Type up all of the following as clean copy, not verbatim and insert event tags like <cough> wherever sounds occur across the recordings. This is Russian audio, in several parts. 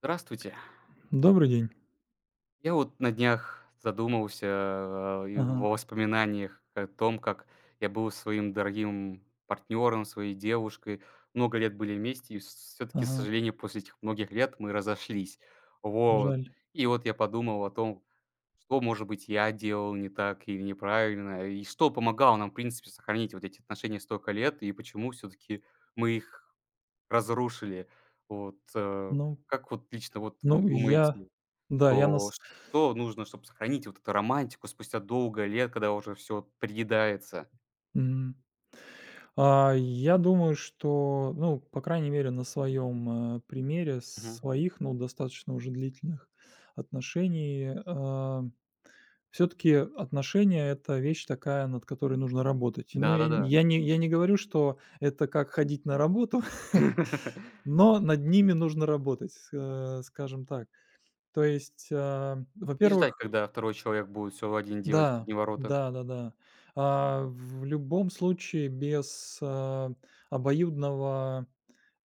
Здравствуйте. Добрый день. Я вот на днях задумался, и в Ага, воспоминаниях о том, как я был своим дорогим партнером, своей девушкой. Много лет были вместе, и все-таки, к ага, сожалению, после этих многих лет мы разошлись. Вот. жаль. И вот я подумал о том, что, может быть, я делал не так или неправильно, и что помогало нам, в принципе, сохранить вот эти отношения столько лет, и почему все-таки мы их разрушили. Вот, Ну как вот лично вот вы ну, я думаете, да, я что нас что нужно, чтобы сохранить вот эту романтику спустя долгое лет, когда уже все приедается? мгм. Я думаю, что, ну, по крайней мере, на своем, примере Мгм. своих, ну, достаточно уже длительных отношений, все таки отношения - это вещь такая, над которой нужно работать. И, ну, я н- Да-да-да. я не я не говорю, что это как ходить на работу, <laughs> <laughs> но над ними нужно работать, скажем так. То есть, Не ждать, во-первых. когда второй человек будет всё один делать под Да, одни ворота. да-да-да. В любом случае без, обоюдного,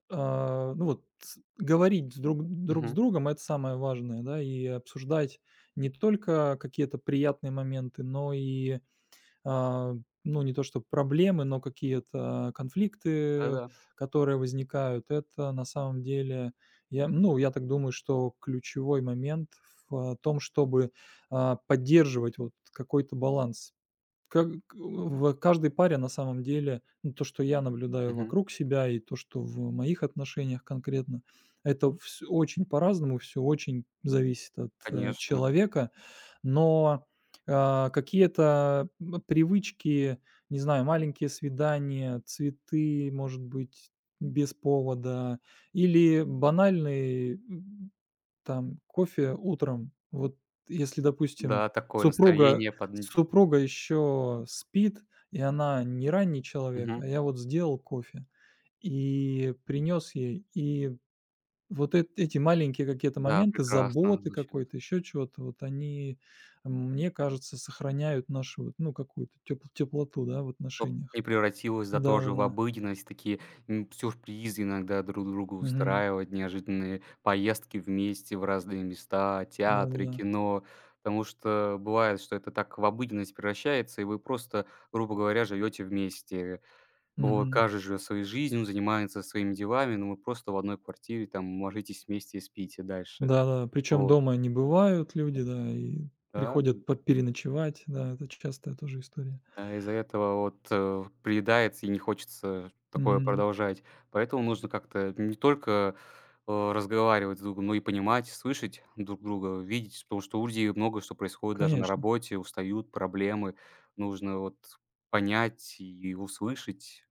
ну вот с говорить с друг друг с Мгм. другом- это самое важное, да, и обсуждать не только какие-то приятные моменты, но и а, ну, не то что проблемы, но какие-то конфликты, Да-да. которые возникают. Это на самом деле, я так думаю, что ключевой момент в том, чтобы поддерживать вот какой-то баланс как в каждой паре. На самом деле, ну, то, что я наблюдаю Мгм. вокруг себя, и то, что в моих отношениях конкретно, это вс очень по-разному, все очень зависит от, Конечно. человека. Но, какие-то, привычки, не знаю, маленькие свидания, цветы, может быть, без повода или банальные там кофе утром. Вот если, допустим, Да, такое супруга настроение под н супруга еще спит, и она не ранний человек, а Мгм. я вот сделал кофе и принес ей. И вот эт эти маленькие какие-то Да, моменты прекрасно заботы звучит. какой-то, еще чего-то, вот они, мне кажется, сохраняют нашу вот, ну, какую-то теплоту, да, в Чтоб отношениях. не превратилось, да, тоже в Да-да-да. обыденность, такие, сюрпризы иногда друг другу Мгм. устраивать, неожиданные поездки вместе в разные места, театры, Да-да-да. кино. Потому что бывает, что это так в обыденность превращается, и вы просто, грубо говоря, живете вместе. Вот, Мгм. каждый живет своей жизнью, занимается своими делами, но вы просто в одной квартире там ложитесь вместе и спите дальше. Да-да, причем Вот, дома не бывают люди, да, и да. приходят по переночевать, да, это частая тоже история. Из-за этого вот, приедается и не хочется такое Мгм. продолжать. Поэтому нужно как-то не только, разговаривать с другом, но и понимать, слышать друг друга, видеть, потому что у людей много что происходит даже на Конечно, работе, устают, проблемы. Нужно вот понять и услышать,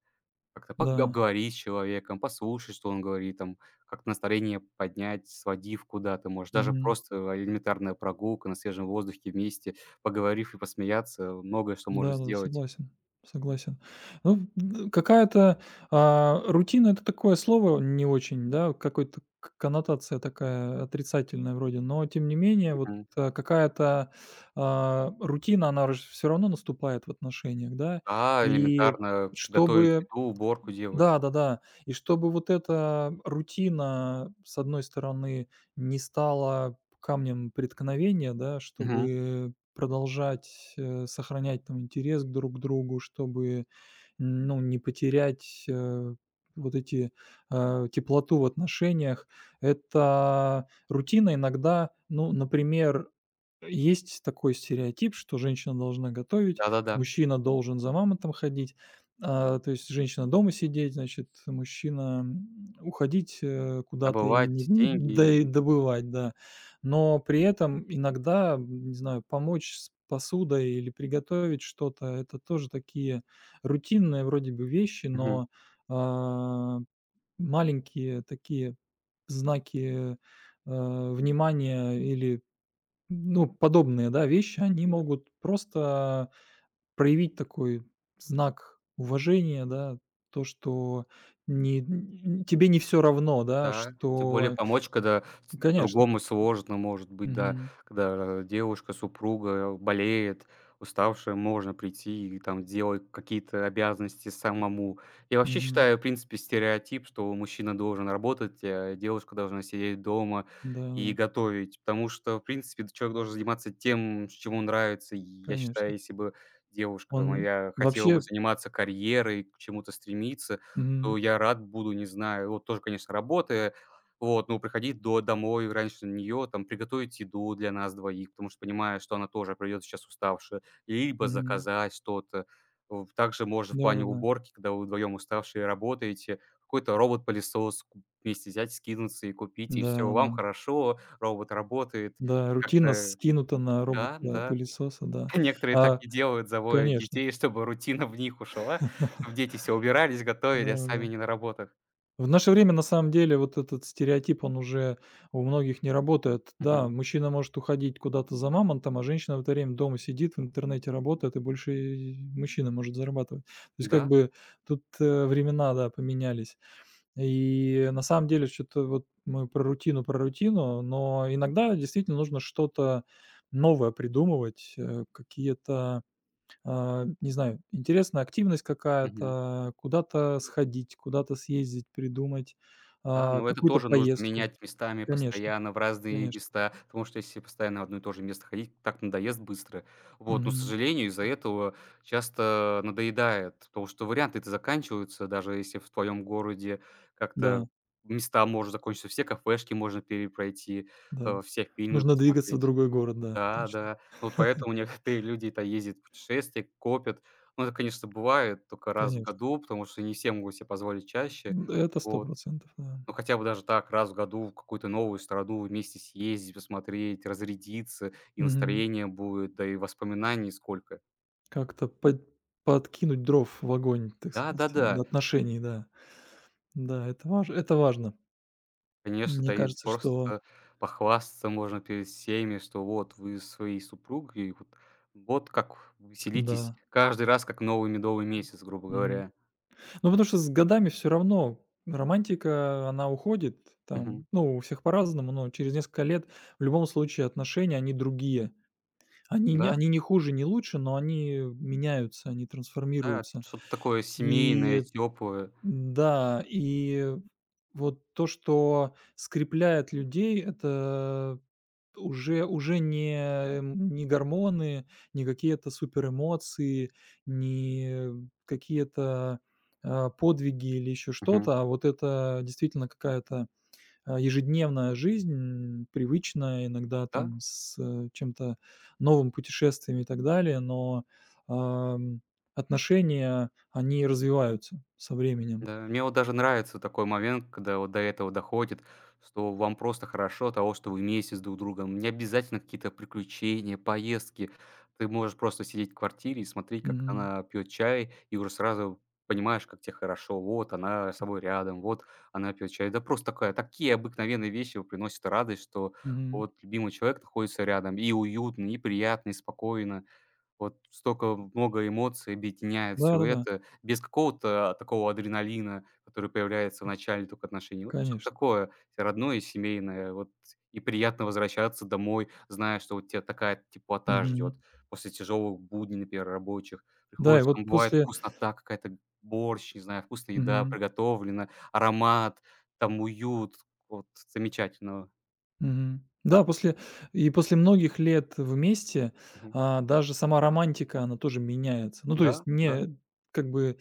как-то пог да. обговорить с человеком, послушать, что он говорит, там, как-то настроение поднять, сводив куда-то, может, даже Мгм. просто элементарная прогулка на свежем воздухе вместе, поговорив и посмеяться, многое что может Да-да, сделать. согласен, согласен. Ну, д какая-то, рутина - это такое слово не очень, да, какой-то к коннотация такая отрицательная вроде, но тем не менее вот, Мгм. Какая-то, рутина, она все равно наступает в отношениях, да. Да, И элементарно готовить чтобы еду, уборку делать. Да-да-да. И чтобы вот эта рутина, с одной стороны, не стала камнем преткновения, да, Мгм. чтобы продолжать, сохранять там интерес друг к другу, чтобы, ну, не потерять, вот эти, теплоту в отношениях. Это рутина иногда, ну, например, есть такой стереотип, что женщина должна готовить, Да-да-да. мужчина должен за мамонтом ходить, то есть женщина дома сидеть, значит, мужчина, уходить, куда-то и не Добывать не деньги. д добывать, да. Но при этом иногда, не знаю, помочь с посудой или приготовить что-то - это тоже такие рутинные вроде бы вещи, Мгм. но, а, маленькие такие знаки, внимания или ну, подобные, да, вещи, они могут просто проявить такой знак уважения, да, то, что не н тебе не все равно, да, Да, тем более что помочь, когда с Конечно. другому сложно, может быть, да. Мгм. Когда девушка, супруга болеет, уставшая, можно прийти и там делать какие-то обязанности самому. Я вообще Мгм. считаю, в принципе, стереотип, что мужчина должен работать, а девушка должна сидеть дома и Да-да, готовить. Потому что, в принципе, человек должен заниматься тем, с чем ему нравится. И я считаю, конечно. если бы девушка Он моя хотела бы вообще заниматься карьерой, к чему-то стремиться, Мгм. то я рад буду, не знаю, вот тоже, конечно, работы. Вот, ну, приходить до домой раньше нее, там, приготовить еду для нас двоих, потому что понимаю, что она тоже придет сейчас уставшая, либо Мгм. заказать что-то. В Также можно в плане Да-да-да. уборки, когда вы вдвоем уставшие работаете, какой-то робот-пылесос вместе взять, скинуться и купить, и Да-да-да. все, Да, да, вам да, хорошо, робот работает. да, да, рутина Как-то, скинута на да, да. робота-пылесоса, да. <laughs> Некоторые так А, и делают, заводят конечно. детей, чтобы рутина в них ушла, чтобы <laughs> дети все убирались, готовили, а сами Да-да-да. не на работах. В наше время, на самом деле, вот этот стереотип, он уже у многих не работает. Да, Мгм. мужчина может уходить куда-то за мамонтом, а женщина в это время дома сидит, в интернете работает, и больше и мужчина может зарабатывать. То есть как Да. бы тут времена, да, поменялись. И на самом деле что-то вот мы про рутину, но иногда действительно нужно что-то новое придумывать, какие-то не знаю, интересная активность Мгм. какая-то, куда-то сходить, куда-то съездить, придумать, Да, но это какую-то тоже нужно поездку. менять местами Конечно, постоянно в разные конечно. места, потому что если постоянно в одно и то же место ходить, так надоест быстро. Вот, но, к Мгм. сожалению, из-за этого часто надоедает, потому что варианты-то заканчиваются, даже если в твоем городе как-то Да, места может закончиться, все кафешки можно перепройти, да. Все фильмы Нужно двигаться в посмотреть. другой город, да, Да, точно. да. Ну, вот поэтому некоторые люди-то ездят в путешествия, копят. Ну, это, конечно, бывает только раз в Конечно. году, потому что не все могут себе позволить чаще. Это 100 Вот. да. Ну, хотя бы даже так, раз в году в какую-то новую страну вместе съездить, посмотреть, разрядиться, и Мгм. настроение будет, да и воспоминаний сколько. Как-то подкинуть дров в огонь, так сказать, Да-да-да, отношений, да. Да, это важно. конечно, Мне да и кажется, что просто похвастаться можно перед всеми, что вот вы со своей супругой, вот, вот как веселитесь да. каждый раз, как новый медовый месяц, грубо Мгм. говоря. Ну, потому что с годами все равно романтика, она уходит Мгм. там. Ну, у всех по-разному, но через несколько лет в любом случае отношения, они другие. Они не Да. они не хуже, не лучше, но они меняются, они Да, трансформируются. что-то такое семейное, И теплое. да, и вот то, что скрепляет людей - это уже не, не гормоны, не какие-то суперэмоции, не какие-то, подвиги или еще Мгм. что-то, а вот это действительно какая-то, ежедневная жизнь, привычная, иногда Да, там с, чем-то новым, путешествиями и так далее. Но, ам, отношения, они развиваются со временем. да. Мне вот даже нравится такой момент, когда вот до этого доходит, что вам просто хорошо от того, что вы вместе с друг другом. Не обязательно какие-то приключения, поездки. Ты можешь просто сидеть в квартире и смотреть, как Мгм. она пьет чай, и уже сразу понимаешь, как тебе хорошо. Вот она с собой рядом, вот она пьет чай. Да просто такая, такие обыкновенные вещи приносят радость, что Мгм. вот любимый человек находится рядом, и уютно, и приятно, и спокойно. Вот столько много эмоций объединяет все Да-да-да, это, без какого-то такого адреналина, который появляется в начале только отношений. Вот что-то конечно. такое те родное и семейное. Вот и приятно возвращаться домой, зная, что вот тя такая теплота Мгм. ждет после тяжелых будней, например, рабочих. Да, и Приходишь, вот там бывает после вкуснота какая-то, борщ, не знаю, вкусная еда Мгм. приготовлена, аромат, там уют. Вот замечательного, Мгм. Да, после и после многих лет вместе, Мгм. Даже сама романтика, она тоже меняется. Ну, то есть Да, да. не как бы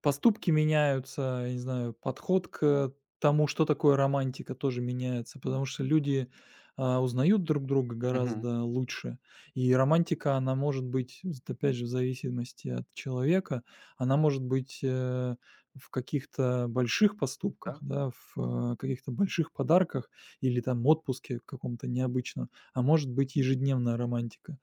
Поступки меняются, я не знаю, подход к тому, что такое романтика, тоже меняется, потому что люди, узнают друг друга Мгм. гораздо лучше. И романтика, она может быть, з опять же, в зависимости от человека, она может быть, в каких-то больших поступках, Да. да, в, каких-то больших подарках или там отпуске каком-то необычном, а может быть ежедневная романтика,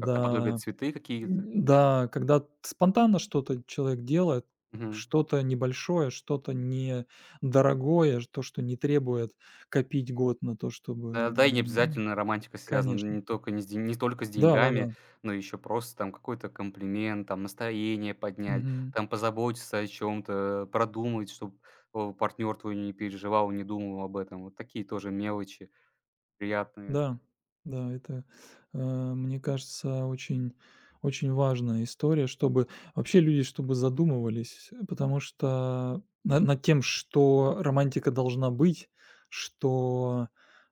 Как-то подобие цветы какие-то. да, когда спонтанно что-то человек делает, Мгм. что-то небольшое, что-то недорогое, то, что не требует копить год на то, чтобы, Да, да, и не обязательно романтика связана конечно. Не только с Да-да-да. деньгами, но еще просто там какой-то комплимент, там настроение поднять, там позаботиться о чем то продумать, чтобы партнер твой не переживал, не думал об этом. Вот такие тоже мелочи приятные. Да, да, это, мне кажется, очень важная история, чтобы вообще люди чтобы задумывались, потому что на над тем, что романтика должна быть, что,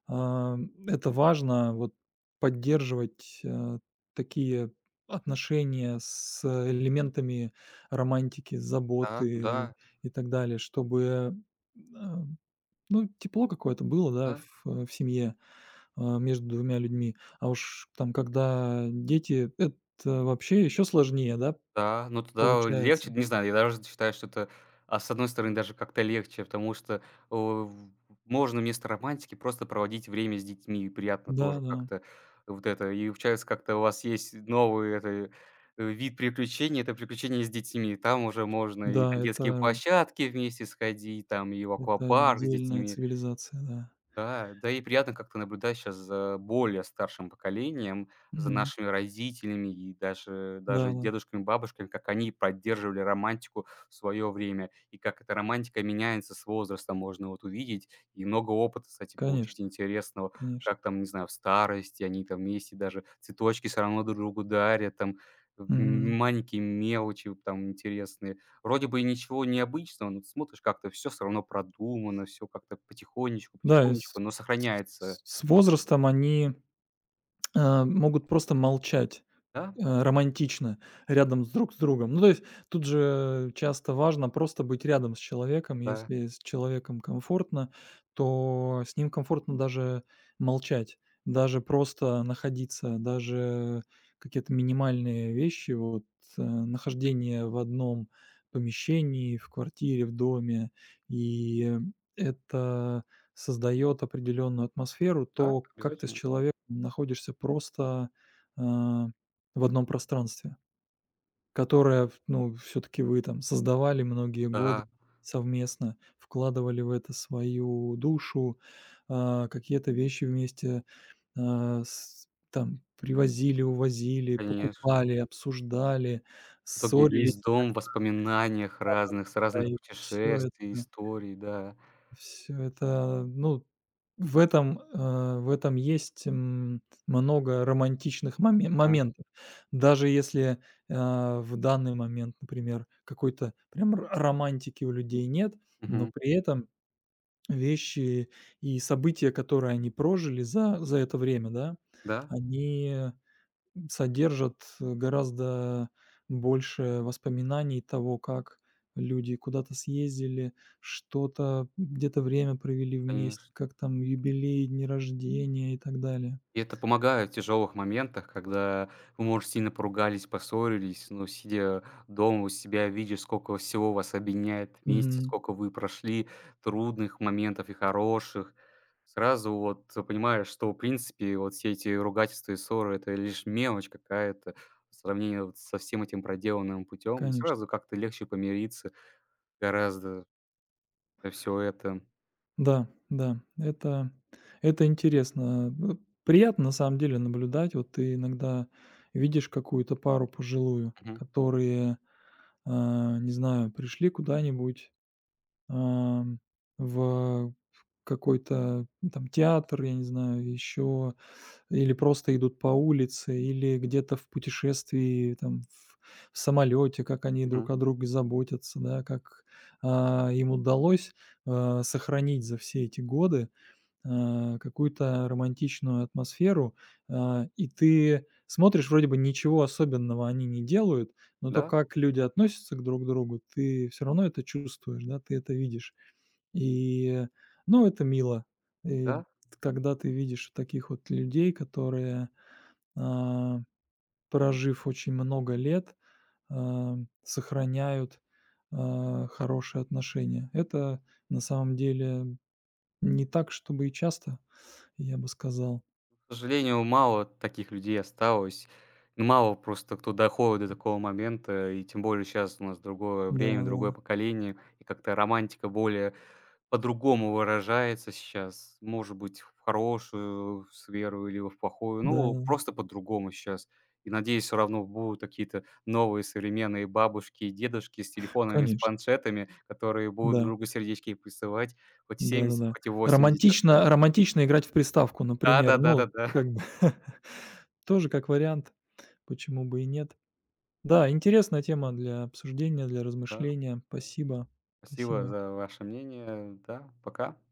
а, это важно, вот поддерживать, такие отношения с элементами романтики, Да, да, заботы и так далее, чтобы, э, ну, тепло какое-то было, да, да. в в семье. Между двумя людьми. А уж там, когда дети, это вообще еще сложнее, да, Да, ну тогда получается. легче, не знаю, я даже считаю, что это, с одной стороны, даже как-то легче, потому что, э, в можно вместо романтики просто проводить время с детьми, и приятно тоже Да-да. как-то вот это. И получается, как-то у вас есть новый это, вид приключений - это приключения с детьми. Там уже можно Да, и на да, детские площадки вместе сходить, там и в это аквапарк с отдельная детьми. цивилизация, да. Да, да и приятно как-то наблюдать сейчас за более старшим поколением, за Мгм. нашими родителями и даже Да-да, дедушками, бабушками, как они поддерживали романтику в свое время, и как эта романтика меняется с возрастом. Можно вот увидеть и много опыта, кстати, получить конечно, интересного, конечно. как там, не знаю, в старости они там вместе даже цветочки все равно друг другу дарят, там в Мгм. маленькие мелочи там интересные. Вроде бы и ничего необычного, но ты смотришь, как-то все все равно продумано, все как-то потихонечку, Да, и с потихонечку, но сохраняется. с с возрастом они, <tsk> могут просто молчать. Да, Романтично рядом с друг с другом. Ну, то есть тут же часто важно просто быть рядом с человеком. да, Если с человеком комфортно, то с ним комфортно даже молчать, даже просто находиться, даже какие-то минимальные вещи, вот нахождение в одном помещении, в квартире, в доме, и это создает определенную атмосферу, да, то как ты с обязательно. человеком находишься просто, э, в одном пространстве, которое, ну, все таки вы там создавали многие годы Да, совместно, вкладывали в это свою душу, какие-то вещи вместе, с там привозили, увозили, конечно. покупали, обсуждали, В итоге весь ссорились дом иногда, в воспоминаниях разных, с разных и все путешествий, это историй, да. Все это, ну, в этом, в этом есть, много романтичных моме М, моментов. Даже если, в данный момент, например, какой-то прям ро романтики у людей нет, но мгм. при этом вещи и события, которые они прожили за за это время, да, Да, они содержат, гораздо больше воспоминаний того, как люди куда-то съездили, что-то, где-то время провели вместе, конечно. как там юбилей, дни рождения и так далее. И это помогает в тяжелых моментах, когда вы, может, сильно поругались, поссорились, но сидя дома у себя, видя, сколько всего вас объединяет вместе, Мгм. сколько вы прошли трудных моментов и хороших, сразу вот понимаешь, что, в принципе, вот все эти ругательства и ссоры – это лишь мелочь какая-то в сравнении вот со всем этим проделанным путем, и Конечно. сразу как-то легче помириться гораздо все это. Да, да, это интересно. Ну, приятно на самом деле наблюдать. Вот ты иногда видишь какую-то пару пожилую, Мгм. которые, не знаю, пришли куда-нибудь Ам, в какой-то, ну, там театр, я не знаю, еще, или просто идут по улице, или где-то в путешествии, там, в самолете, как они друг Мгм. о друге заботятся, да, как, им удалось, сохранить за все эти годы, какую-то романтичную атмосферу. И ты смотришь, вроде бы ничего особенного они не делают, но то, Да, как люди относятся к друг другу, ты все равно это чувствуешь, да, ты это видишь. И, ну, это мило. И да. когда ты видишь вот таких вот людей, которые, а, прожив очень много лет, а, сохраняют, хорошие отношения. Это на самом деле не так, чтобы и часто, я бы сказал. К сожалению, мало таких людей осталось. Мало просто кто доходит до такого момента, и тем более сейчас у нас другое время, Да-да, другое поколение, и как-то романтика более по-другому выражается сейчас. Может быть, в хорошую сферу или в плохую, ну, да-да, просто по-другому сейчас. И, надеюсь, все равно будут какие-то новые современные бабушки и дедушки с телефонами, с конечно, планшетами, которые будут друг да, другу сердечки присылать хоть 70, да-да-да. хоть и в лет. Романтично играть в приставку, например. Ну, Да-да-да-да-да. Да, как бы <laughs> тоже как вариант, почему бы и нет. Да, интересная тема для обсуждения, для да, да, да, да. размышления. Спасибо, Спасибо спасибо. за ваше мнение. Да, пока.